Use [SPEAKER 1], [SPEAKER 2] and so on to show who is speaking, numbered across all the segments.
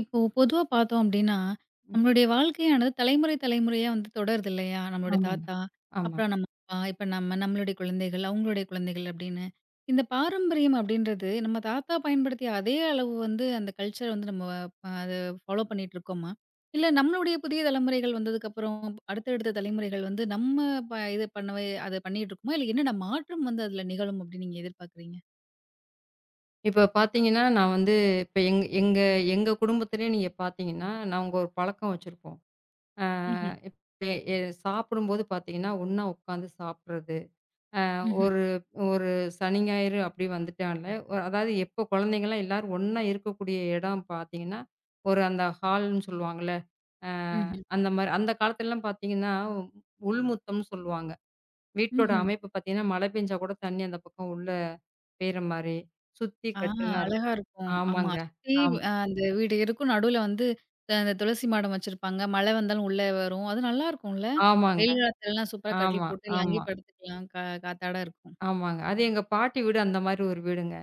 [SPEAKER 1] இப்போ பொதுவா பார்த்தோம் அப்படின்னா,
[SPEAKER 2] ம்.
[SPEAKER 1] நம்மளுடைய வாழ்க்கையானது தலைமுறை, தலைமுறையா வந்து தொடருது இல்லையா? நம்மளுடைய
[SPEAKER 2] ஆமாங்க.
[SPEAKER 1] தாத்தா,
[SPEAKER 2] ஆமா.
[SPEAKER 1] அப்புறம் நம்ம அப்பா, இப்ப நம்ம, நம்மளுடைய குழந்தைகள், அவங்களுடைய குழந்தைகள் அப்படின்னு. இந்த பாரம்பரியம் அப்படின்றது நம்ம தாத்தா பயன்படுத்திய அதே அளவு வந்து அந்த கல்ச்சர் வந்து நம்ம அத ஃபாலோ பண்ணிட்டு இருக்கோமா? இல்ல நம்மளுடைய புதிய தலைமுறைகள் வந்ததுக்கப்புறம் அடுத்தடுத்த தலைமுறைகள் வந்து நம்ம இது பண்ணவே அத பண்ணிட்டு இருக்கோமா? இல்ல என்னென்ன மாற்றம் வந்து அதுல நிகழும் அப்படின்னு நீங்க எதிர்பார்க்குறீங்க?
[SPEAKER 2] இப்ப பார்த்தீங்கன்னா, நான் வந்து இப்ப எங்க குடும்பத்திலயே நீங்க பார்த்தீங்கன்னா, நாங்க ஒரு பழக்கம் வச்சிருப்போம். ஆ
[SPEAKER 1] ம்ஹ்ம்.
[SPEAKER 2] இப்ப எ சாப்பிடும்போது பார்த்தீங்கன்னா, ஒண்ணா உட்காந்து சாப்பிடுறது.
[SPEAKER 1] ம்ஹ்ம்.
[SPEAKER 2] ஒரு ஒரு சனி, ஞாயிறு அப்படி வந்துட்டாலே ஒரு அதாவது எப்போ குழந்தைங்கலாம் எல்லாரும் ஒண்ணா இருக்கக்கூடிய இடம் பார்த்தீங்கன்னா, ஒரு அந்த ஹால்ன்னு சொல்லுவாங்கல்ல. அ
[SPEAKER 1] ம்ஹ்ம்.
[SPEAKER 2] அந்த மாரி அந்த காலத்துலலாம் பார்த்தீங்கன்னா, உள்முத்தம்ன்னு சொல்லுவாங்க. வீட்டோட
[SPEAKER 1] ம்ஹ்ம்.
[SPEAKER 2] அமைப்பு பார்த்தீங்கன்னா, மழை பெஞ்சா கூட தண்ணி அந்த பக்கம் உள்ள பெய்ற மாரி, சுத்தி
[SPEAKER 1] ஆ,
[SPEAKER 2] கட்டுலாம்
[SPEAKER 1] அழகா
[SPEAKER 2] இருக்கும்.
[SPEAKER 1] இருக்கும். ஆமா.
[SPEAKER 2] ஆமாங்க.
[SPEAKER 1] சுத்தி
[SPEAKER 2] ஆம்
[SPEAKER 1] அ அந்த வீடு இருக்கும். நடுவுல வந்து அந்த துளசி மாடம் வச்சிருப்பாங்க. மழை வந்தாலும் உள்ள வரும். அது நல்லாருக்கும்ல.
[SPEAKER 2] ஆமாங்க.
[SPEAKER 1] வெயில் காலத்துலலாம் சூப்பரா கட்டில்
[SPEAKER 2] ஆமா,
[SPEAKER 1] போட்டு எல்லாம்
[SPEAKER 2] ஆமா,
[SPEAKER 1] அங்கேயே படுத்துக்கலாம். காத்தாட இருக்கும்.
[SPEAKER 2] ஆமாங்க. அது எங்க பாட்டி வீடு அந்த மாரி ஒரு வீடுங்க.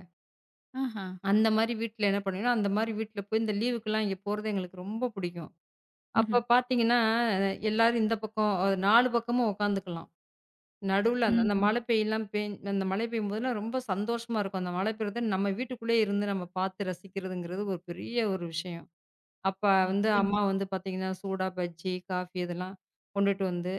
[SPEAKER 1] ஆஹா!
[SPEAKER 2] அந்த மாரி வீட்ல என்ன பண்ணுவேன்னா, அந்த மாரி வீட்ல போய் இந்த லீவுக்கெல்லாம் இங்க போறது எங்களுக்கு ரொம்ப பிடிக்கும்.
[SPEAKER 1] ம்ஹ்ம்.
[SPEAKER 2] அப்ப பார்த்தீங்கன்னா, எல்லாரும் இந்த பக்கம் 4 பக்கமும் உட்காந்துக்கலாம். நடுவுல அந்த அந்த
[SPEAKER 1] ம்ஹ்ம்.
[SPEAKER 2] மழை பெய்யலாம் பெய் அந்த மழை பெய்யும்போதெல்லாம் ரொம்ப சந்தோஷமா இருக்கும். அந்த மழை பெய்றத நம்ம வீட்டுக்குள்ளேயே இருந்து நம்ம பார்த்து ரசிக்கிறதுங்கிறது ஒரு பெரிய ஒரு விஷயம். அப்ப வந்து
[SPEAKER 1] நிச்சயமா,
[SPEAKER 2] அம்மா வந்து பார்த்தீங்கன்னா, சூடா பஜ்ஜி, காஃபி இதெல்லாம் கொண்டுட்டு வந்து,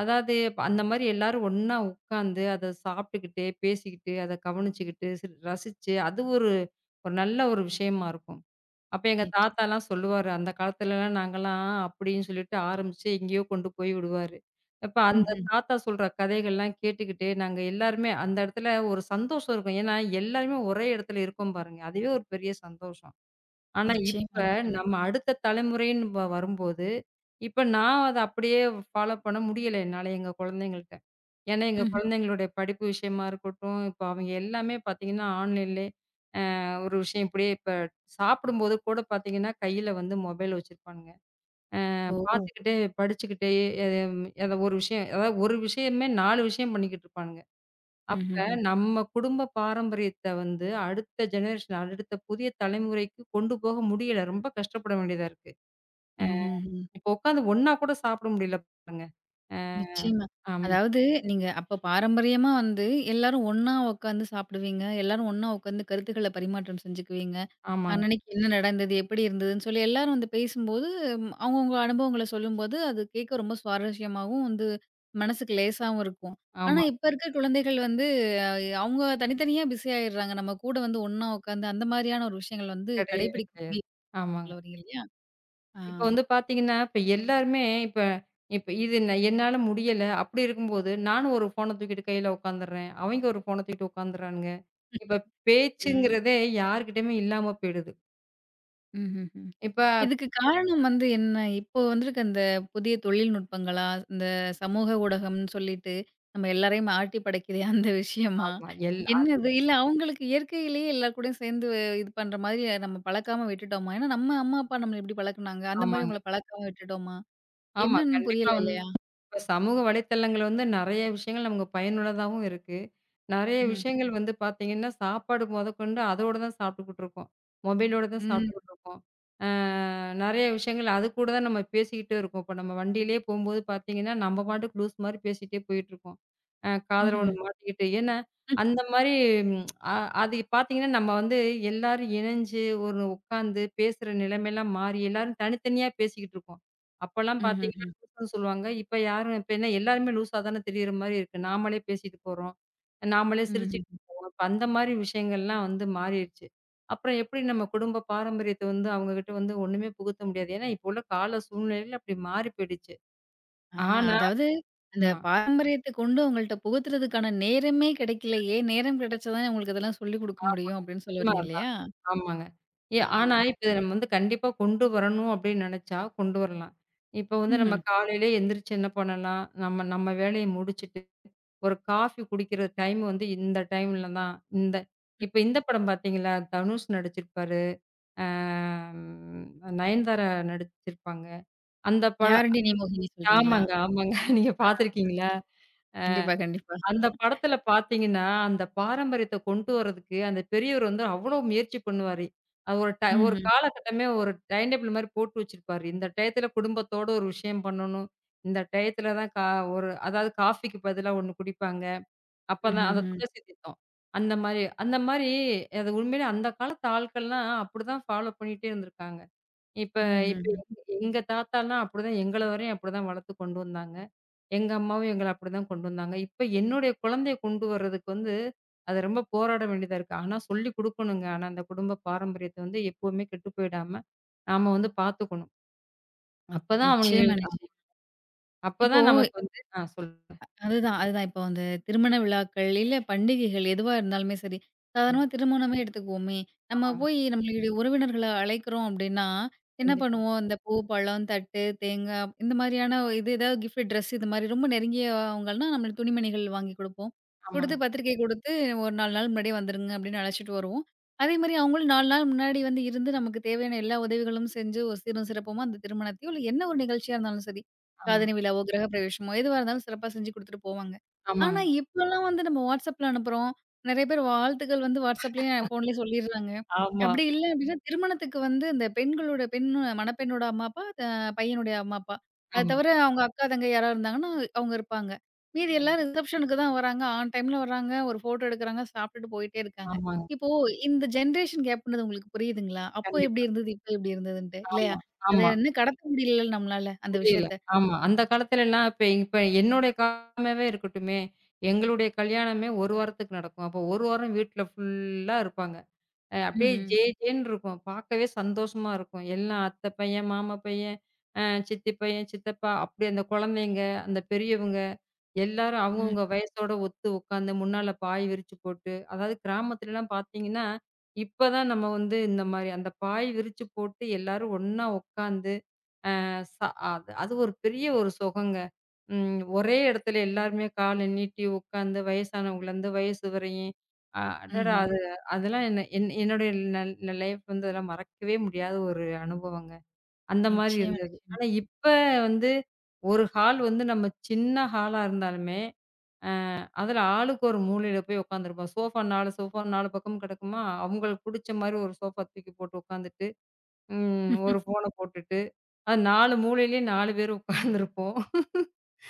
[SPEAKER 2] அதாவது இப்ப அந்த மாரி எல்லாரும் ஒண்ணா உட்காந்து, அத சாப்பிட்டுக்கிட்டு, பேசிக்கிட்டு, அத கவனிச்சுக்கிட்டு, ரசிச்சு, அது ஒரு ஒரு நல்ல ஒரு விஷயமா இருக்கும். அப்ப எங்க
[SPEAKER 1] நிச்சயம்.
[SPEAKER 2] தாத்தாலாம் சொல்லுவாரு, "அந்த காலத்துலலாம் நாங்கலாம்" அப்படின்னு சொல்லிட்டு ஆரம்பிச்சு, எங்கேயோ கொண்டு போய் விடுவாரு. இப்ப அந்த
[SPEAKER 1] ம்ஹ்ம்.
[SPEAKER 2] தாத்தா சொல்ற கதைகள்லாம் கேட்டுக்கிட்டு, நாங்க எல்லாருமே அந்த இடத்துல ஒரு சந்தோஷம் இருக்கும். ஏன்னா, எல்லாருமே ஒரே இடத்துல இருக்கோம் பாருங்க. அதுவே ஒரு பெரிய சந்தோஷம். ஆனா, இப்ப
[SPEAKER 1] நிச்சயமா, நிச்சயமா.
[SPEAKER 2] நம்ம அடுத்த தலைமுறைன்னு வரும்போது, இப்ப நான் அத அப்படியே ஃபாலோ பண்ண முடியல என்னால எங்க குழந்தைங்கள்ட்ட. ஏன்னா, எங்க
[SPEAKER 1] ம்ஹ்ம்.
[SPEAKER 2] குழந்தைங்களுடைய படிப்பு விஷயமா இருக்கட்டும், இப்ப அவங்க எல்லாமே பார்த்தீங்கன்னா, ஆன்லைன்லயே ஒரு விஷயம் இப்படியே இப்ப சாப்பிடும்போது கூட பார்த்தீங்கன்னா, கையில வந்து மொபைல் வச்சிருப்பானுங்க. நான்
[SPEAKER 1] ஓ!
[SPEAKER 2] பார்த்துக்கிட்டே, படிச்சுக்கிட்டே எ ஏதோ ஒரு விஷயம் அதாவது ஒரு விஷயமே 4 விஷயம் பண்ணிக்கிட்டு இருப்பானுங்க. அப்ப
[SPEAKER 1] ம்ஹ்ஹ்ம்.
[SPEAKER 2] நம்ம குடும்ப பாரம்பரியத்த வந்து அடுத்த ஜெனரேஷன், அடுத்த புதிய தலைமுறைக்கு கொண்டு போக முடியல. ரொம்ப கஷ்டப்பட வேண்டியதா இருக்கு.
[SPEAKER 1] ம்ஹ்ஹ்ம்.
[SPEAKER 2] இப்போ உட்காந்து ஒண்ணா கூட சாப்பிட முடியல பாருங்க. அ
[SPEAKER 1] நிச்சயமா.
[SPEAKER 2] ஆமா,
[SPEAKER 1] அதாவது நீங்க அப்ப பாரம்பரியமா வந்து எல்லாரும் ஒண்ணா உட்காந்து சாப்பிடுவீங்க. எல்லாரும் ஒண்ணா உட்காந்து கருத்துக்கள பரிமாற்றம் செஞ்சுக்குவீங்க.
[SPEAKER 2] ஆமாங்க,
[SPEAKER 1] அன்னன்னைக்கு என்ன நடந்தது? எப்படி இருந்ததுன்னு சொல்லி எல்லாரும் வந்து பேசும்போது, ம், அவங்கவங்க அனுபவங்கள சொல்லும்போது, அது கேட்க ரொம்ப சுவாரஸ்யமாவும் வந்து மனசுக்கு லேசாவும் இருக்கும். ஆனா
[SPEAKER 2] ஆமா.
[SPEAKER 1] இப்ப இருக்க குழந்தைகள் வந்து அவங்க தனித்தனியா பிஸி ஆயிடுறாங்க. நம்ம கூட வந்து ஒண்ணா உட்காந்து அந்த மாரியான ஒரு விஷயங்கள் வந்து
[SPEAKER 2] கிடையவே
[SPEAKER 1] கடைபிடிக்க
[SPEAKER 2] கிடையாது.
[SPEAKER 1] முடியல
[SPEAKER 2] ஆமாங்க.
[SPEAKER 1] சொல்ல வரீங்க இல்லையா? ஆ.
[SPEAKER 2] இப்ப வந்து பார்த்தீங்கன்னா, இப்ப எல்லாருமே இப்ப இப்ப இது ந என்னால முடியல. அப்படி இருக்கும்போது, நானும் ஒரு ஃபோன தூக்கிட்டு கையில உட்காந்துர்றேன். அவெங்க ஒரு ஃபோன தூக்கிட்டு உட்காந்துர்றானுங்க. இப்ப
[SPEAKER 1] ம்.
[SPEAKER 2] பேச்சுங்கிறதே யார்கிட்டயுமே இல்லாம போயிடுது.
[SPEAKER 1] ம்ஹ்ஹ்ம்.
[SPEAKER 2] இப்ப
[SPEAKER 1] இதுக்கு காரணம் வந்து என்ன? இப்போ வந்திருக்க அந்த புதிய தொழில்நுட்பங்களா? இந்த சமூக ஊடகம்ன்னு சொல்லிட்டு, நம்ம எல்லாரையும் ஆட்டி படைக்குதே அந்த விஷயமா?
[SPEAKER 2] ஆமா.
[SPEAKER 1] என்னது? இல்ல அவங்களுக்கு இயற்கையிலேயே எல்லார் கூடயும் சேர்ந்து இது பண்ற மாதிரி நம்ம பழக்காம விட்டுட்டோமா? ஏன்னா நம்ம அம்மா, அப்பா நம்மள எப்படி பழக்குனாங்க, அந்த மாரி
[SPEAKER 2] ஆமாங்க.
[SPEAKER 1] உங்கள பழக்காம விட்டுட்டோமா?
[SPEAKER 2] ஆமா.
[SPEAKER 1] என்னன்னு
[SPEAKER 2] கண்டிப்பா
[SPEAKER 1] புரியல
[SPEAKER 2] வந்து
[SPEAKER 1] இல்லையா?
[SPEAKER 2] இப்ப சமூக வலைத்தளங்கள் வந்து நெறைய விஷயங்கள் நமக்கு பயனுள்ளதாவும் இருக்கு. நெறைய
[SPEAKER 1] ம்ஹ்ம்.
[SPEAKER 2] விஷயங்கள் வந்து பார்த்தீங்கன்னா, சாப்பாடு மொதற்கொண்டு அதோட தான் சாப்பிட்டுக்கிட்டு இருக்கோம். மொபைலோட தான்
[SPEAKER 1] ம்.
[SPEAKER 2] சாப்பிட்டுக்கிட்டு இருக்கோம். அ நெறைய விஷயங்கள் அது கூட தான் நம்ம பேசிக்கிட்டு இருக்கோம். இப்ப நம்ம வண்டியிலேயே போம்போது பார்த்தீங்கன்னா, நம்ம பாட்டுக்கு லூஸ் மாரி பேசிட்டே போயிட்டுருக்கோம். காதுல
[SPEAKER 1] ம்ஹ்ம்.
[SPEAKER 2] ஒண்ணு மாட்டிக்கிட்டு. ஏன்னா, அந்த மாரி அ அது பார்த்தீங்கன்னா, நம்ம வந்து எல்லாரும் இணைஞ்சு ஒரு உட்காந்து பேசுற நிலைமைலாம் மாறி எல்லாரும் தனித்தனியா பேசிக்கிட்டு இருக்கோம். அப்பலாம் பார்த்தீங்கன்னா
[SPEAKER 1] ம்ஹ்ஹ்ம்.
[SPEAKER 2] லூசுன்னு சொல்லுவாங்க. இப்ப யாரும் இப்ப என்ன எல்லாருமே லூசா தானே திரியிற மாரி இருக்கு. நாமளே பேசிட்டு போறோம். நாமளே சிரிச்சுட்டு
[SPEAKER 1] ம்ஹ்ம்.
[SPEAKER 2] போறோம். இப்ப அந்த மாரி விஷயங்கள்லாம் வந்து மாறிருச்சு. அப்புறம் எப்படி நம்ம குடும்ப பாரம்பரியத்த வந்து அவங்ககிட்ட வந்து ஒண்ணுமே புகுத்த முடியாது. ஏன்னா, இப்ப உள்ள கால சூழ்நிலையில அப்படி மாறி போயிடுச்சு.
[SPEAKER 1] ஆ,
[SPEAKER 2] ஆனா
[SPEAKER 1] அதாவது அந்த
[SPEAKER 2] ஆமா.
[SPEAKER 1] பாரம்பரியத்த கொண்டு உங்கள்ட்ட புகுத்துறதுக்கான நேரமே கிடைக்கலையே! நேரம் கிடைச்சா தானே உங்களுக்கு இதெல்லாம் சொல்லிக் குடுக்க முடியும் அப்படின்னு சொல்ல
[SPEAKER 2] உண்ம
[SPEAKER 1] வரீங்க
[SPEAKER 2] அதான்.
[SPEAKER 1] இல்லையா?
[SPEAKER 2] ஆமாங்க.
[SPEAKER 1] ஆ.
[SPEAKER 2] ஆனா, இப்ப நம்ம வந்து கண்டிப்பா கொண்டு வரணும் அப்படின்னு நெனச்சா கொண்டு வரலாம். இப்ப வந்து நம்ம
[SPEAKER 1] ம்ஹ்ம்.
[SPEAKER 2] காலையிலே எந்திரிச்சு என்ன பண்ணலாம்? நம்ம நம்ம வேலைய முடிச்சுட்டு, ஒரு காஃபி குடிக்கிற டைம் வந்து இந்த டைம்ல தான். இந்த இப்ப இந்த படம் பார்த்தீங்களா? தனுஷ் நடிச்சிருப்பாரு. ஆம் நயன்தாரா நடிச்சிருப்பாங்க. அந்த பழ
[SPEAKER 1] "யாருடி நீ மோகினி" சொல்றீங்களா?
[SPEAKER 2] ஆமாங்க, ஆமாங்க. நீங்க பார்த்துருக்கீங்களா?
[SPEAKER 1] கண்டிப்பா, கண்டிப்பா.
[SPEAKER 2] அந்த படத்துல பார்த்தீங்கன்னா, அந்த பாரம்பரியத்த கொண்டு வரதுக்கு, அந்த பெரியவர் வந்து அவ்ளோ முயற்சி பண்ணுவாரு. அது ஒரு
[SPEAKER 1] ம்ஹ்ம்.
[SPEAKER 2] காலகட்டமே ஒரு டைம் டேபிள் மாரி போட்டு வச்சிருப்பாரு. இந்த டயத்துல குடும்பத்தோட ஒரு விஷயம் பண்ணணும். இந்த டயத்துல தான் கா ஒரு அதாவது காஃபிக்கு பதிலா 1 குடிப்பாங்க. அப்பதான் அந்த
[SPEAKER 1] ம்ஹ்ஹ்ம்.
[SPEAKER 2] துளசி தீர்த்தம். அந்த மாரி அந்த மாரி அது உண்மையிலே அந்த காலத்து ஆட்கள்லாம் அப்படிதான் ஃபாலோ பண்ணிட்டே இருந்திருக்காங்க. இப்ப இப்ப
[SPEAKER 1] ம்ஹ்ஹ்ம்.
[SPEAKER 2] எங்க எங்க தாத்தாலாம் அப்படிதான் எங்கள வரையும் அப்படிதான் வளர்த்து கொண்டு வந்தாங்க. எங்க அம்மாவும் எங்கள அப்படிதான் கொண்டு வந்தாங்க. இப்ப என்னுடைய குழந்தைய கொண்டு வர்றதுக்கு வந்து, அது ரொம்ப போராட வேண்டியதா இருக்கு. ஆனா சொல்லிக் குடுக்கணுங்க. ஆனா அந்த குடும்ப பாரம்பரியத்த வந்து எப்பவுமே கெட்டு போயிடாம, நாம வந்து பாத்துக்கணும். அப்பதான் அவங்களுக்கு
[SPEAKER 1] நிச்சயமா,
[SPEAKER 2] ஆமா.
[SPEAKER 1] நிச்சயமா. இப்போ
[SPEAKER 2] அப்பதான் நமக்கு வந்து ஆ சொல்லுங்க.
[SPEAKER 1] அதுதான், அதுதான். இப்போ அந்த திருமண விழாக்கள், இல்ல பண்டிகைகள் எதுவா இருந்தாலுமே சரி,
[SPEAKER 2] ம்.
[SPEAKER 1] சாதாரணமா திருமணமே எடுத்துக்குவோமே, நம்ம
[SPEAKER 2] ஆமாங்க.
[SPEAKER 1] போய் நம்மளுடைய உறவினர்கள அழைக்கிறோம் அப்படின்னா, என்ன
[SPEAKER 2] கண்டிப்பா.
[SPEAKER 1] பண்ணுவோம்? இந்த பூ, பழம், தட்டு, தேங்காய் இந்த மாதிரியான இது ஏதாவது கிஃப்ட் ட்ரெஸ் இது மாதிரி ரொம்ப நெருங்கியவங்கன்னா, நம்மளுக்கு துணிமணிகள் வாங்கி குடுப்போம்.
[SPEAKER 2] ஆமாங்க.
[SPEAKER 1] குடுத்து பத்திரிக்கை குடுத்து, ஒரு 4 நாள் முன்னாடியே வந்துருங்க அப்படின்னு அழைச்சிட்டு வருவோம். அதே மாரி அவங்களும் 4 நாள் முன்னாடி வந்து இருந்து நமக்கு தேவையான எல்லா உதவிகளும் செஞ்சு, ஒரு சீரும் சிறப்புமா அந்த திருமணத்தையோ, இல்ல என்ன ஒரு நிகழ்ச்சியா இருந்தாலும் சரி,
[SPEAKER 2] ஆமா.
[SPEAKER 1] காதணி விழாவோ, கிரகப்பிரவேசமோ எதுவா இருந்தாலும் சிறப்பா செஞ்சு குடுத்துட்டு போவாங்க. ஆனா,
[SPEAKER 2] ஆமாங்க.
[SPEAKER 1] இப்பலாம் வந்து நம்ம WhatsAppல அனுப்புறோம். நெறைய பேர் வாழ்த்துக்கள் வந்து WhatsAppலயும், ஃபோன்லயே சொல்லிர்றாங்க.
[SPEAKER 2] ஆமா.
[SPEAKER 1] அப்படி இல்ல அப்படின்னா, திருமணத்துக்கு வந்து இந்த பெண்களோட பெண் மணப்பெண்ணோட அம்மா, அப்பா, பையனுடைய அம்மா, அப்பா. அது
[SPEAKER 2] ஆமா. ஆமா.
[SPEAKER 1] தவிர அவங்க அக்கா, தங்கை யாராவது இருந்தாங்கன்னா, அவங்க இருப்பாங்க. மீதி
[SPEAKER 2] கண்
[SPEAKER 1] எல்லாரும் ரிசப்ஷனுக்கு தான் வராங்க. ஆன் டைம்ல வராங்க. ஒரு ஃபோட்டோ எடுக்குறாங்க. சாப்பிட்டுட்டு போயிட்டே இருக்காங்க.
[SPEAKER 2] ஆமாங்க.
[SPEAKER 1] இப்போ இந்த ஜெனரேஷன் கேப்ன்றது உங்களுக்கு புரியுதுங்களா? அப்போ எப்படி
[SPEAKER 2] கண்டிப்பா.
[SPEAKER 1] இருந்தது? இப்போ எப்படி இருந்ததுன்ட்டு இல்லையா?
[SPEAKER 2] ஆமா.
[SPEAKER 1] அத
[SPEAKER 2] ஆமா.
[SPEAKER 1] இன்னும் கடத்த முடியல நம்மளால அந்த
[SPEAKER 2] முடியல.
[SPEAKER 1] விஷயத்த.
[SPEAKER 2] ஆமா. அந்த காலத்துலலாம் இப்ப இப்ப என்னுடைய காலமாவே இருக்கட்டுமே, எங்களுடைய கல்யாணமே 1 வாரத்துக்கு நடக்கும். அப்போ 1 வாரம் வீட்ல ஃபுல்லா இருப்பாங்க. அப்படியே
[SPEAKER 1] ம்ஹ்ம்.
[SPEAKER 2] ஜேன்னு இருக்கும். பார்க்கவே சந்தோஷமா இருக்கும். எல்லாம் அத்தை பையன், மாமா பையன், அ சித்தி பையன், சித்தப்பா அப்படி அந்த குழந்தைங்க, அந்த பெரியவங்க எல்லாரும்
[SPEAKER 1] ம்.
[SPEAKER 2] அவங்கவங்க வயசோட ஒத்து உட்காந்து முன்னால பாய் விரிச்சு போட்டு, அதாவது கிராமத்துலலாம் பார்த்தீங்கன்னா, இப்ப தான் நம்ம வந்து இந்த மாரி அந்த பாய் விரிச்சு போட்டு எல்லாரும் ஒண்ணா உட்காந்து ச அது அது ஒரு பெரிய ஒரு சுகங்க. ம் ஒரே இடத்துல எல்லாருமே கால நீட்டி உட்காந்து வயசானவங்கலேருந்து வயசு வரையும், அடடா!
[SPEAKER 1] ம்ஹ்ம்.
[SPEAKER 2] அது அதெல்லாம் என்ன என்னுடைய லைஃப் வந்து அதெல்லாம் மறக்கவே முடியாத ஒரு அனுபவங்க. அந்த மாரி
[SPEAKER 1] நிச்சயமா.
[SPEAKER 2] இருந்தது. ஆனா இப்ப வந்து ஒரு ஹால் வந்து நம்ம சின்ன ஹாலா இருந்தாலுமே, அதுல ஆளுக்கு ஒரு மூலையில போய் உட்காந்துருப்போம். சோஃபா 4 பக்கமும் கிடக்குமா, அவங்களுக்கு புடிச்ச மாரி ஒரு சோஃபா தூக்கி போட்டு உட்காந்துட்டு, ம் ஒரு ஃபோன போட்டுட்டு 4 மூலையிலயும் 4 பேர் உட்கார்ந்துருப்போம்.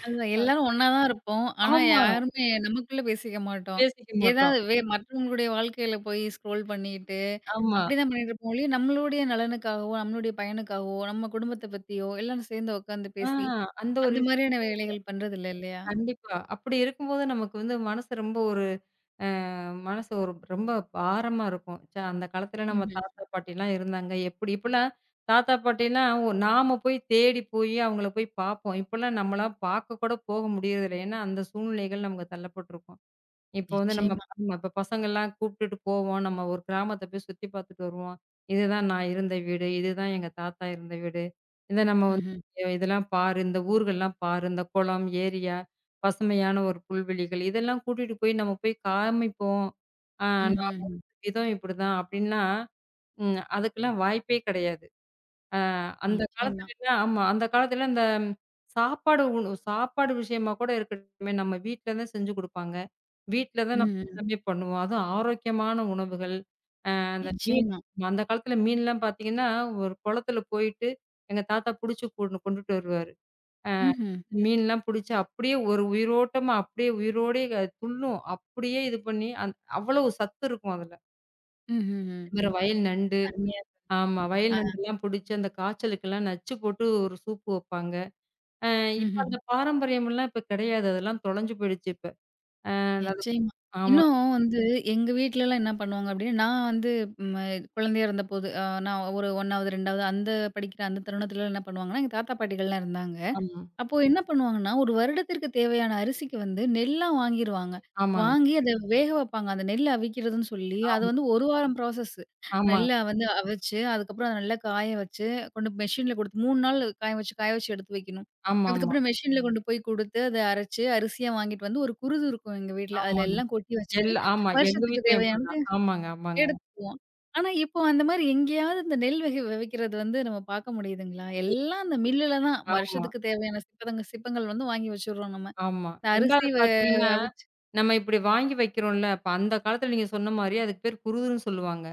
[SPEAKER 1] அதுதான் எல்லாரும் ஒண்ணா தான் இருப்போம். ஆனா,
[SPEAKER 2] ஆமா.
[SPEAKER 1] யாருமே நமக்குள்ள பேசிக்க மாட்டோம்.
[SPEAKER 2] பேசிக்க மாட்டோம்.
[SPEAKER 1] ஏதாவது வே மற்றவங்களுடைய வாழ்க்கையில போய் ஸ்க்ரோல் பண்ணிட்டு,
[SPEAKER 2] ஆமா.
[SPEAKER 1] அப்படிதான் பண்ணிட்டு இருப்போம் ஒழிய, நம்மளுடைய நலனுக்காகவோ, நம்மளுடைய பயனுக்காகவோ, நம்ம குடும்பத்த பத்தியோ, எல்லாரும் சேர்ந்து உட்காந்து
[SPEAKER 2] ஆ
[SPEAKER 1] பேசி,
[SPEAKER 2] அந்த ஒரு
[SPEAKER 1] அந்த
[SPEAKER 2] விஷயம்.
[SPEAKER 1] மாதிரியான வேலைகள் பண்றதில்ல இல்லையா?
[SPEAKER 2] கண்டிப்பா. அப்படி இருக்கும்போது நமக்கு வந்து மனசு ரொம்ப ஒரு அ மனசு ஒரு ரொம்ப பாரமா இருக்கும். ச்ச அந்த காலத்துல நம்ம
[SPEAKER 1] ம்ஹ்ம்.
[SPEAKER 2] தாத்தா பாட்டிலாம் இருந்தாங்க. எப்படி இப்பலாம் தாத்தா பாட்டிலாம் நாம போய் தேடி போய் அவங்கள போய் பார்ப்போம். இப்பலாம் நம்மளா பார்க்க கூட போக முடியறதில்ல. ஏன்னா அந்த சூழ்நிலைகள் நமக்கு தள்ளப்பட்டுருக்கோம். இப்போ வந்து நம்ம
[SPEAKER 1] நிச்சயமா.
[SPEAKER 2] ஆமா, இப்ப பசங்கள்லாம் கூப்பிட்டுட்டு போவோம். நம்ம ஒரு கிராமத்த போய் சுத்தி பார்த்துட்டு வருவோம். இதுதான் நான் இருந்த வீடு. இதுதான் எங்க தாத்தா இருந்த வீடு. இத நம்ம வந்து
[SPEAKER 1] ம்ஹ்ம்.
[SPEAKER 2] இதெல்லாம் பாரு, இந்த ஊர்கள்லாம் பாரு, இந்த குளம், ஏரியா, பசுமையான ஒரு புல்வெளிகள் இதெல்லாம் கூட்டிட்டு போய் நம்ம போய் காமிப்போம். ஆ
[SPEAKER 1] ம்ஹ்ம்.
[SPEAKER 2] நாலு
[SPEAKER 1] ம்.
[SPEAKER 2] விதம் இப்படிதான் அப்படின்லாம் ம் அதுக்கெல்லாம் வாய்ப்பே கிடையாது. அ அந்த
[SPEAKER 1] நிச்சயமா.
[SPEAKER 2] காலத்துலலாம் ஆமா. அந்த காலத்துல இந்த சாப்பாடு விஷயமா கூட இருக்கட்டுமே, நம்ம வீட்ல தான் செஞ்சு குடுப்பாங்க. வீட்ல தான் நம்ம
[SPEAKER 1] ம்ஹ்ம்.
[SPEAKER 2] எல்லாமே பண்ணுவோம். அதுவும் ஆரோக்கியமான உணவுகள். அ அந்த மீன்
[SPEAKER 1] நிச்சயமா.
[SPEAKER 2] அந்த காலத்துல மீன்லாம் பாத்தீங்கன்னா, ஒரு குளத்துல போயிட்டு எங்க தாத்தா புடிச்சு கொண்டுட்டு வருவாரு. அ
[SPEAKER 1] ம்ஹ்ம்.
[SPEAKER 2] மீன்லாம் புடிச்சு அப்படியே ஒரு உயிரோட்டமா அப்படியே உயிரோடயே துள்ளும். அப்படியே இது பண்ணி அவ்வளவு சத்து இருக்கும் அதுல.
[SPEAKER 1] ம்ஹ்ம். ம்.
[SPEAKER 2] வேற
[SPEAKER 1] ம்.
[SPEAKER 2] வயல் நண்டு
[SPEAKER 1] அருமையா.
[SPEAKER 2] ஆமா. வயல்
[SPEAKER 1] ஆ.
[SPEAKER 2] நண்டுலாம் புடிச்சு அந்த காய்ச்சலுக்கெல்லாம் நச்சு போட்டு ஒரு சூப்பு வைப்பாங்க. அ இப்ப
[SPEAKER 1] ம்ஹ்ம்.
[SPEAKER 2] அந்த பாரம்பரியம்லாம் இப்ப கிடையாது. அதெல்லாம் தொலைஞ்சு போயிடுச்சு இப்ப. அ அது
[SPEAKER 1] நிச்சயமா.
[SPEAKER 2] ஆமா,
[SPEAKER 1] இன்னும் வந்து எங்க வீட்லலாம் என்ன பண்ணுவாங்க அப்டின்னா, நான் வந்து ம குழந்தையா இருந்தபோது, நான் ஒரு 1வது, 2வது அந்த படிக்கிற அந்த தருணத்துலலாம் என்ன பண்ணுவாங்கன்னா, எங்க தாத்தா, பாட்டிகள்லாம் இருந்தாங்க.
[SPEAKER 2] ஆமா,
[SPEAKER 1] அப்போ என்ன பண்ணுவாங்கன்னா, ஒரு வருடத்திற்கு தேவையான அரிசிக்கு வந்து நெல்லா வாங்கிருவாங்க.
[SPEAKER 2] ஆமாங்க,
[SPEAKER 1] வாங்கி அத வேக வப்பாங்க. அந்த நெல் அவிக்கிறதுன்னு சொல்லி, அது
[SPEAKER 2] ஆமா,
[SPEAKER 1] வந்து 1 வாரம் ப்ராசஸ்.
[SPEAKER 2] ஆமா,
[SPEAKER 1] நெல்ல வந்து அவிச்சு, அதுக்கப்புறம் அத நல்லா காய வச்சு, கொண்டு மெஷின்ல குடுத்து 3 நாள் காய வச்சு, காய வச்சு எடுத்து வைக்கணும்.
[SPEAKER 2] ஆமாமா,
[SPEAKER 1] அதுக்கப்புறம் மெஷின்ல ம். கொண்டு போய் குடுத்து, அத அரைச்சு, அரிசியா வாங்கிட்டு வந்து ஒரு குருது இருக்கும் எங்க வீட்ல. அதுல
[SPEAKER 2] ஆமாங்க.
[SPEAKER 1] எல்லாம் கொட்டி வச்சுட்டு,
[SPEAKER 2] ஆமா. எங்க
[SPEAKER 1] வருஷத்துக்கு
[SPEAKER 2] வீட்லயும்
[SPEAKER 1] தேவையானது
[SPEAKER 2] அப்படிதான். ஆமாங்க, ஆமாங்க.
[SPEAKER 1] எடுத்துக்கலாம். ஆனா, இப்போ அந்த மாரி எங்கேயாவது இந்த நெல் வகை விதைக்கிறது வந்து நம்ம பார்க்க முடியுதுங்களா?
[SPEAKER 2] முடிய
[SPEAKER 1] எல்லாம் அந்த மில்லுல தான்
[SPEAKER 2] ஆமா,
[SPEAKER 1] வருஷத்துக்கு தேவையான சிப்பதங்க சிப்பங்கள் வந்து வாங்கி வச்சுடுறோம் நம்ம.
[SPEAKER 2] ஆமா.
[SPEAKER 1] இந்த அரிசி
[SPEAKER 2] 2வது
[SPEAKER 1] வ
[SPEAKER 2] பார்த்தீங்கன்னா,
[SPEAKER 1] அவிச்சு
[SPEAKER 2] நம்ம இப்படி வாங்கி வைக்கிறோம்ல, அப்ப அந்த காலத்துல நீங்க சொன்ன மாரி அதுக்கு பேர் குருதுன்னு சொல்லுவாங்க.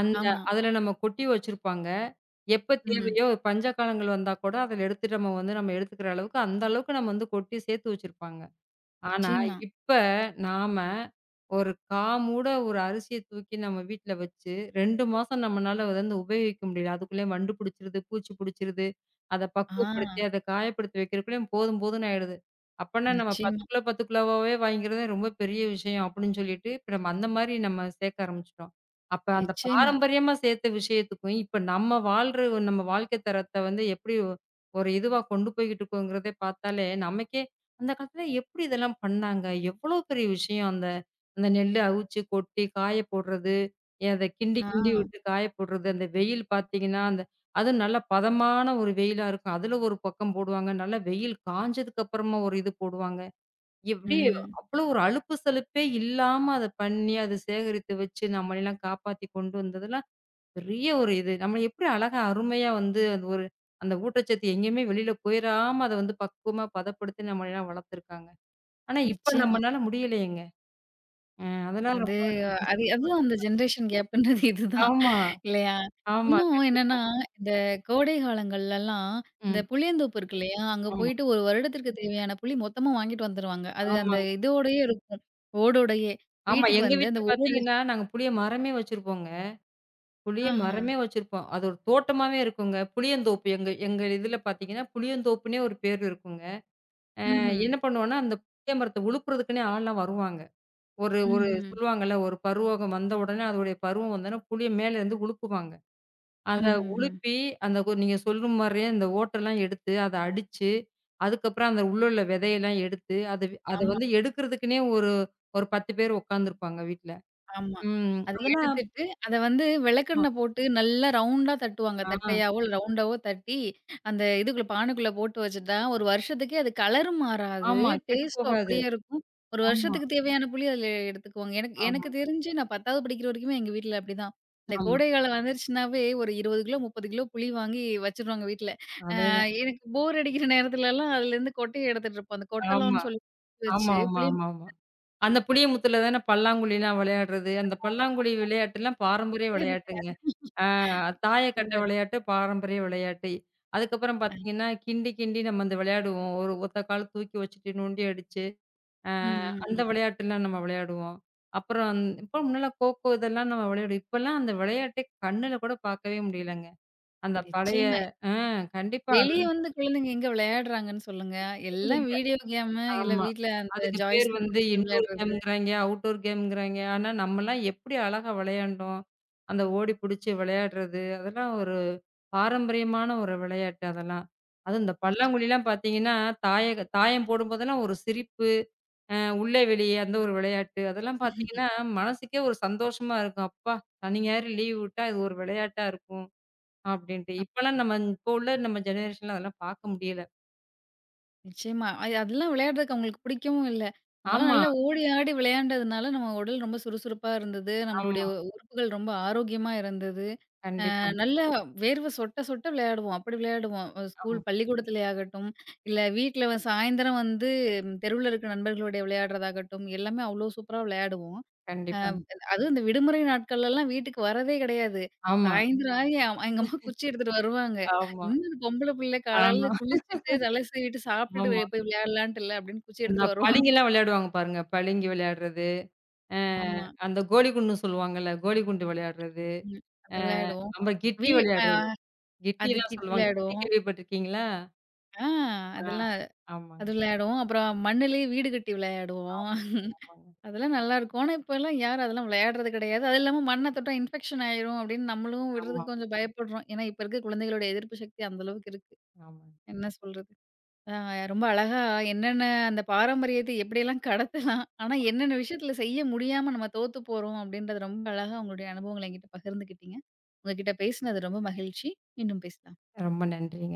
[SPEAKER 2] அந்த
[SPEAKER 1] ஆமா.
[SPEAKER 2] அதுல நம்ம கொட்டி வச்சிருப்பாங்க. எப்ப
[SPEAKER 1] ம்ஹ்ம்.
[SPEAKER 2] தேவையோ பஞ்ச காலங்கள் வந்தா கூட, அதுல எடுத்து நம்ம வந்து நம்ம எடுத்துக்கிற அளவுக்கு, அந்த அளவுக்கு நம்ம வந்து கொட்டி சேர்த்து வச்சிருப்பாங்க. ஆனா,
[SPEAKER 1] நிச்சயமா.
[SPEAKER 2] இப்ப நாம ஒரு அரிசிய தூக்கி நம்ம வீட்ல வச்சு 2 மாசம் நம்மனால வந்து உபயோகிக்க முடியல. அதுக்குள்ளேயும் வண்டு புடிச்சிருது, பூச்சி புடிச்சிருது. அத
[SPEAKER 1] ஆ
[SPEAKER 2] பக்குவப்படுத்தி, அத காயப்படுத்தி வைக்கிறதுக்குள்ளயும் போதும் போதும்ன்னு ஆயிடுது. அப்பன்னா நம்ம 10
[SPEAKER 1] நிச்சயமா,
[SPEAKER 2] கிலோ 10 கிலோவாவே வாங்கிறது ரொம்ப பெரிய விஷயம் அப்படின்னு சொல்லிட்டு, இப்ப நம்ம அந்த மாரி நம்ம சேர்க்க ஆரம்பிச்சுட்டோம். அப்ப அந்த
[SPEAKER 1] நிச்சயமா.
[SPEAKER 2] பாரம்பரியமா சேர்த்த விஷயத்துக்கும், இப்ப நம்ம வாழ்ற நம்ம வாழ்க்கை தரத்த வந்து எப்படி ஒரு இதுவா கொண்டு போய்கிட்டு இருக்கோங்கிறதே பார்த்தாலே, நமக்கே அந்த காலத்துல எப்படி இதெல்லாம் பண்ணாங்க? எவ்வளோ பெரிய விஷயம் அந்த அந்த நெல்லு அவிச்சு, கொட்டி, காய போடுறது, அத கிண்டி
[SPEAKER 1] ஆ.
[SPEAKER 2] கிண்டி விட்டு காய போடுறது, அந்த வெயில் பார்த்தீங்கன்னா, அந்த அதுவும் நல்ல பதமான ஒரு வெயிலா இருக்கும். அதுல ஒரு பக்கம் போடுவாங்க. நல்லா வெயில் காஞ்சதுக்கு அப்புறமா ஒரு இது போடுவாங்க. எப்படியே
[SPEAKER 1] ம்.
[SPEAKER 2] அவ்வளோ ஒரு அலுப்பு சலுப்பே இல்லாம அத பண்ணி, அத சேகரித்து வச்சு, நம்மளெல்லாம் காப்பாத்தி கொண்டு வந்ததெல்லாம் பெரிய ஒரு இது. நம்ம எப்படி அழகா அருமையா வந்து அது ஒரு அந்த ஊட்டச்சத்து எங்கேயுமே வெளியில போயிறாம அத வந்து பக்குவமா பதப்படுத்தி நம்மளெல்லாம் வளர்த்துருக்காங்க. ஆனா, இப்ப
[SPEAKER 1] நிச்சயமா.
[SPEAKER 2] நம்மனால முடியலையேங்க. அ அதெல்லாம்
[SPEAKER 1] அது
[SPEAKER 2] ரொம்ப
[SPEAKER 1] அது அதுதான் அந்த ஜெனரேஷன் கேப்ன்றது இதுதான்.
[SPEAKER 2] ஆமா,
[SPEAKER 1] இல்லையா?
[SPEAKER 2] ஆமா.
[SPEAKER 1] இன்னும்
[SPEAKER 2] கண்டிப்பா.
[SPEAKER 1] என்னன்னா, இந்த கோடை காலங்கள்லலாம், இந்த
[SPEAKER 2] ம்.
[SPEAKER 1] புளியந்தோப்பு இருக்கு இல்லையா? அங்க
[SPEAKER 2] ஆமா,
[SPEAKER 1] போயிட்டு 1 வருடத்திற்கு தேவையான புளி மொத்தமா வாங்கிட்டு வந்துருவாங்க. அது அந்த
[SPEAKER 2] ஆமாங்க.
[SPEAKER 1] இதோடயே இருக்கும். ஓடோடயே.
[SPEAKER 2] ஆமா.
[SPEAKER 1] வீட்டுக்கு
[SPEAKER 2] எங்க
[SPEAKER 1] வந்து
[SPEAKER 2] வீட்ல
[SPEAKER 1] அந்த ஓடு
[SPEAKER 2] பார்த்தீங்கன்னா, நாங்க புளிய மரமே வச்சிருப்போங்க. புளிய
[SPEAKER 1] ஆஹா.
[SPEAKER 2] மரமே வச்சிருப்போம். அது ஒரு தோட்டமாவே இருக்குங்க. புளியந்தோப்பு எங்க எங்க இதுல பார்த்தீங்கன்னா, புளியந்தோப்புன்னே ஒரு பேர் இருக்குங்க. அ
[SPEAKER 1] ம்ஹ்ம்.
[SPEAKER 2] என்ன பண்ணுவோம்னா, அந்த புளிய மரத்த உழுப்புறதுக்குன்னே ஆள்லாம் வருவாங்க. ஒரு ஒரு
[SPEAKER 1] ம்ஹ்ம்.
[SPEAKER 2] சொல்லுவாங்கல்ல, ஒரு பருவகம் வந்த உடனே, அதோடைய பருவம் வந்தோனே புளிய மேலேருந்து உழுப்புவாங்க. அத
[SPEAKER 1] ம்ஹ்ஹ்ம்.
[SPEAKER 2] உலுப்பி, அந்த கொ நீங்க சொல்ற மாரியே அந்த ஓட்டெல்லாம் எடுத்து, அத அடிச்சு, அதுக்கப்புறம் அந்த உள்ள உள்ள விதையெல்லாம் எடுத்து, அது அத
[SPEAKER 1] ஆமா.
[SPEAKER 2] வந்து எடுக்கிறதுக்குன்னே ஒரு ஒரு 10 பேர் உட்காந்துருப்பாங்க வீட்ல.
[SPEAKER 1] ஆமா.
[SPEAKER 2] ம்.
[SPEAKER 1] அத
[SPEAKER 2] அதெல்லாம்
[SPEAKER 1] எடுத்துட்டு, அத வந்து
[SPEAKER 2] ஆமா
[SPEAKER 1] விளக்கெண்ணெ போட்டு நல்லா ரவுண்டா தட்டுவாங்க.
[SPEAKER 2] ஆ
[SPEAKER 1] தட்டையாவோ, இல்ல ரவுண்டாவோ தட்டி, அந்த இதுக்குள்ள பானைக்குள்ள போட்டு வச்சுட்டா, ஒரு வருஷத்துக்கே அது கலரும் மாறாது.
[SPEAKER 2] ஆமா. கெட்டு
[SPEAKER 1] டேஸ்ட்டும்
[SPEAKER 2] போகாது.
[SPEAKER 1] அப்படியே இருக்கும். ஒரு
[SPEAKER 2] ஆமா,
[SPEAKER 1] வருஷத்துக்கு தேவையான புளி அதில எடுத்துக்குவாங்க. எனக்கு
[SPEAKER 2] ஆமா,
[SPEAKER 1] எனக்கு தெரிஞ்சு நான் 10வது படிக்கிற வரைக்குமே எங்க வீட்ல அப்படிதான். இந்த
[SPEAKER 2] ஆமா.
[SPEAKER 1] கோடை காலம் வந்துருச்சுனாவே, ஒரு 20 கிலோ, 30 கிலோ புளி வாங்கி வச்சுருவாங்க வீட்ல. அ
[SPEAKER 2] அதேதான்.
[SPEAKER 1] எனக்கு போர் அடிக்கிற நேரத்துலலாம் அதுலேருந்து கொட்டைய எடுத்துட்டு இருப்போம். அந்த
[SPEAKER 2] ஆமா,
[SPEAKER 1] கொட்டலாம்ன்னு சொல்லி
[SPEAKER 2] ஆமா,
[SPEAKER 1] வச்சு
[SPEAKER 2] ஆமா,
[SPEAKER 1] புளிய
[SPEAKER 2] ஆமா, ஆமா. அந்த
[SPEAKER 1] எடுப்போம்.
[SPEAKER 2] புளியமுத்துல தானே பல்லாங்குழிலாம் விளையாடுறது. அந்த பல்லாங்குழி விளையாட்டுலாம் பாரம்பரிய விளையாட்டுங்க. தாய கட்ட விளையாட்டு, பாரம்பரிய விளையாட்டு. அதுக்கப்புறம் பார்த்தீங்கன்னா, கிண்டி கிண்டி நம்ம அந்த விளையாடுவோம். ஒரு ஒத்த கால தூக்கி வச்சுட்டு நொண்டி அடிச்சு, அ
[SPEAKER 1] ம், ம்.
[SPEAKER 2] அந்த
[SPEAKER 1] ம்.
[SPEAKER 2] விளையாட்டுலாம் நம்ம விளையாடுவோம். அப்புறம் இப்போ முன்னலாம் கோகோ இதெல்லாம் நம்ம விளையாடுவோம். இப்பலாம் அந்த விளையாட்டே கண்ணுல கூட பார்க்கவே முடியலங்க. அந்த பழைய
[SPEAKER 1] நிச்சயமா.
[SPEAKER 2] ஆ கண்டிப்பா.
[SPEAKER 1] வெளிய வந்து குழந்தைங்க எங்க விளையாடுறாங்கன்னு சொல்லுங்க. எல்லாம்
[SPEAKER 2] அதுலயும்
[SPEAKER 1] வீடியோ கேமு, இல்ல
[SPEAKER 2] ஆமா.
[SPEAKER 1] வீட்ல அந்த
[SPEAKER 2] அதுக்கு பேர்
[SPEAKER 1] ஜாய்ஸ்டிக்
[SPEAKER 2] வந்து
[SPEAKER 1] வச்சுட்டு
[SPEAKER 2] இன்டோர்
[SPEAKER 1] விளையாடுறது.
[SPEAKER 2] கேம்ங்கிறாய்ங்க, அவுட்டோர் கேம்ங்கிறாய்ங்க. ஆனா நம்மலாம் எப்படி அழகா விளையாண்டோம். அந்த ஓடி புடிச்சு விளையாடுறது, அதெல்லாம் ஒரு பாரம்பரியமான ஒரு விளையாட்டு அதெல்லாம். அதுவும் இந்த
[SPEAKER 1] நிச்சயம்.
[SPEAKER 2] பல்லாங்குழிலாம் பார்த்தீங்கன்னா, தாயக தாயம் போடும்போதெல்லாம் ஒரு சிரிப்பு, அ உள்ளே வெளியே அந்த ஒரு விளையாட்டு. அதெல்லாம் பார்த்தீங்கன்னா, மனசுக்கே ஒரு சந்தோஷமா இருக்கும். அப்பா! சனி, ஞாயிறு லீவ் விட்டா இது ஒரு விளையாட்டா இருக்கும் அப்படின்ட்டு. இப்பலாம் நம்ம இப்போ உள்ள நம்ம ஜெனரேஷன்ல அதெல்லாம் பார்க்க முடியல.
[SPEAKER 1] நிச்சயமா. அதெல்லாம் விளையாடுறதுக்கு அவங்களுக்கு பிடிக்கவும் இல்ல. நம்மலாம்
[SPEAKER 2] ஆமா,
[SPEAKER 1] நல்லா ஓடி ஆடி விளையாண்டதுனால, நம்ம உடல் ரொம்ப சுறுசுறுப்பா இருந்தது. நம்மளுடைய
[SPEAKER 2] ஆமா.
[SPEAKER 1] உறுப்புகள் ரொம்ப ஆரோக்கியமா இருந்தது.
[SPEAKER 2] கண்டிப்பா.
[SPEAKER 1] நல்லா வேர்வை சொட்ட சொட்ட விளையாடுவோம். அப்படி விளையாடுவோம். ஸ்கூல்
[SPEAKER 2] ஆமா.
[SPEAKER 1] பள்ளிக்கூடத்திலே ஆகட்டும், இல்ல வீட்ல சாயந்தரம் வந்து தெருவுல இருக்க நண்பர்களோட விளையாடுறதாகட்டும், எல்லாமே அவ்ளோ சூப்பரா விளையாடுவோம்.
[SPEAKER 2] கண்டிப்பா.
[SPEAKER 1] அதுவும் இந்த விடுமுறை நாட்கள்லலாம் வீட்டுக்கு வரதே கிடையாது.
[SPEAKER 2] ஆமா.
[SPEAKER 1] சாயந்தரம் ம். ஆகி அம் எங்க அம்மா குச்சி எடுத்துட்டு வருவாங்க.
[SPEAKER 2] ஆமா.
[SPEAKER 1] "என்ன இது பொம்பள பிள்ளை காலையில
[SPEAKER 2] ஆமா,
[SPEAKER 1] குளிச்சுட்டு, தலை சீவிட்டு, சாப்பிட்டுட்டு
[SPEAKER 2] ஆமா.
[SPEAKER 1] போய் விளையாடலான்ட்டு இல்ல" அப்படின்னு குச்சி
[SPEAKER 2] இந்த
[SPEAKER 1] எடுத்துட்டு வருவாங்க.
[SPEAKER 2] பளிங்கிலாம் விளையாடுவாங்க பாருங்க. பளிங்கு விளையாடுறது. அ
[SPEAKER 1] ஆமா.
[SPEAKER 2] அந்த கோலிகுண்டு சொல்லுவாங்கல்ல. கோலிகுண்டு விளையாடுறது.
[SPEAKER 1] ம். அது
[SPEAKER 2] அ
[SPEAKER 1] விளையாடுவோம்.
[SPEAKER 2] அப்புறம் கிட்டி
[SPEAKER 1] வீ ம
[SPEAKER 2] விளையாடுறது.
[SPEAKER 1] அது
[SPEAKER 2] கிட்டிலாம்
[SPEAKER 1] கிட்டி
[SPEAKER 2] சொல்லுவாங்க. கிட்டி
[SPEAKER 1] விளையாடுவோம்.
[SPEAKER 2] கேள்விப்பட்டுருக்கீங்களா?
[SPEAKER 1] ஆ
[SPEAKER 2] ஆ.
[SPEAKER 1] அதெல்லாம்
[SPEAKER 2] ஆமாங்க.
[SPEAKER 1] அது விளையாடுவோம். அப்புறம் மண்ணுலயே வீடு கட்டி விளையாடுவோம்.
[SPEAKER 2] ஆமாங்க, ஆமாங்க.
[SPEAKER 1] அதெல்லாம் நல்லாயிருக்கும். ஆனா இப்பலாம் யாரும் அதெல்லாம் விளையாடுறது கிடையாது. அது இல்லாம மண்ண தொட்டா இன்ஃபெக்ஷன் ஆயிரும் அப்படின்னு நம்மளும்
[SPEAKER 2] ஆமா,
[SPEAKER 1] விடுறதுக்கு கொஞ்சம் பயப்படுறோம். ஏன்னா இப்ப இருக்க குழந்தைகளோட எதிர்ப்பு சக்தி அந்த அளவுக்கு இருக்கு.
[SPEAKER 2] ஆமா.
[SPEAKER 1] என்ன சொல்றது? ஆ ரொம்ப அழகா என்னென்ன அந்த பாரம்பரியத்தை எப்படியெல்லாம் கடத்தலாம்? ஆனா, என்னென்ன விஷயத்துல செய்ய முடியாம நம்ம தோத்து போறோம் அப்படின்றது ரொம்ப அழகா உங்களுடைய அனுபவங்கள என்கிட்ட பகிர்ந்துக்கிட்டீங்க. உங்ககிட்ட பேசினது ரொம்ப மகிழ்ச்சி. மீண்டும் பேசலாம்.
[SPEAKER 2] ரொம்ப நன்றிங்க.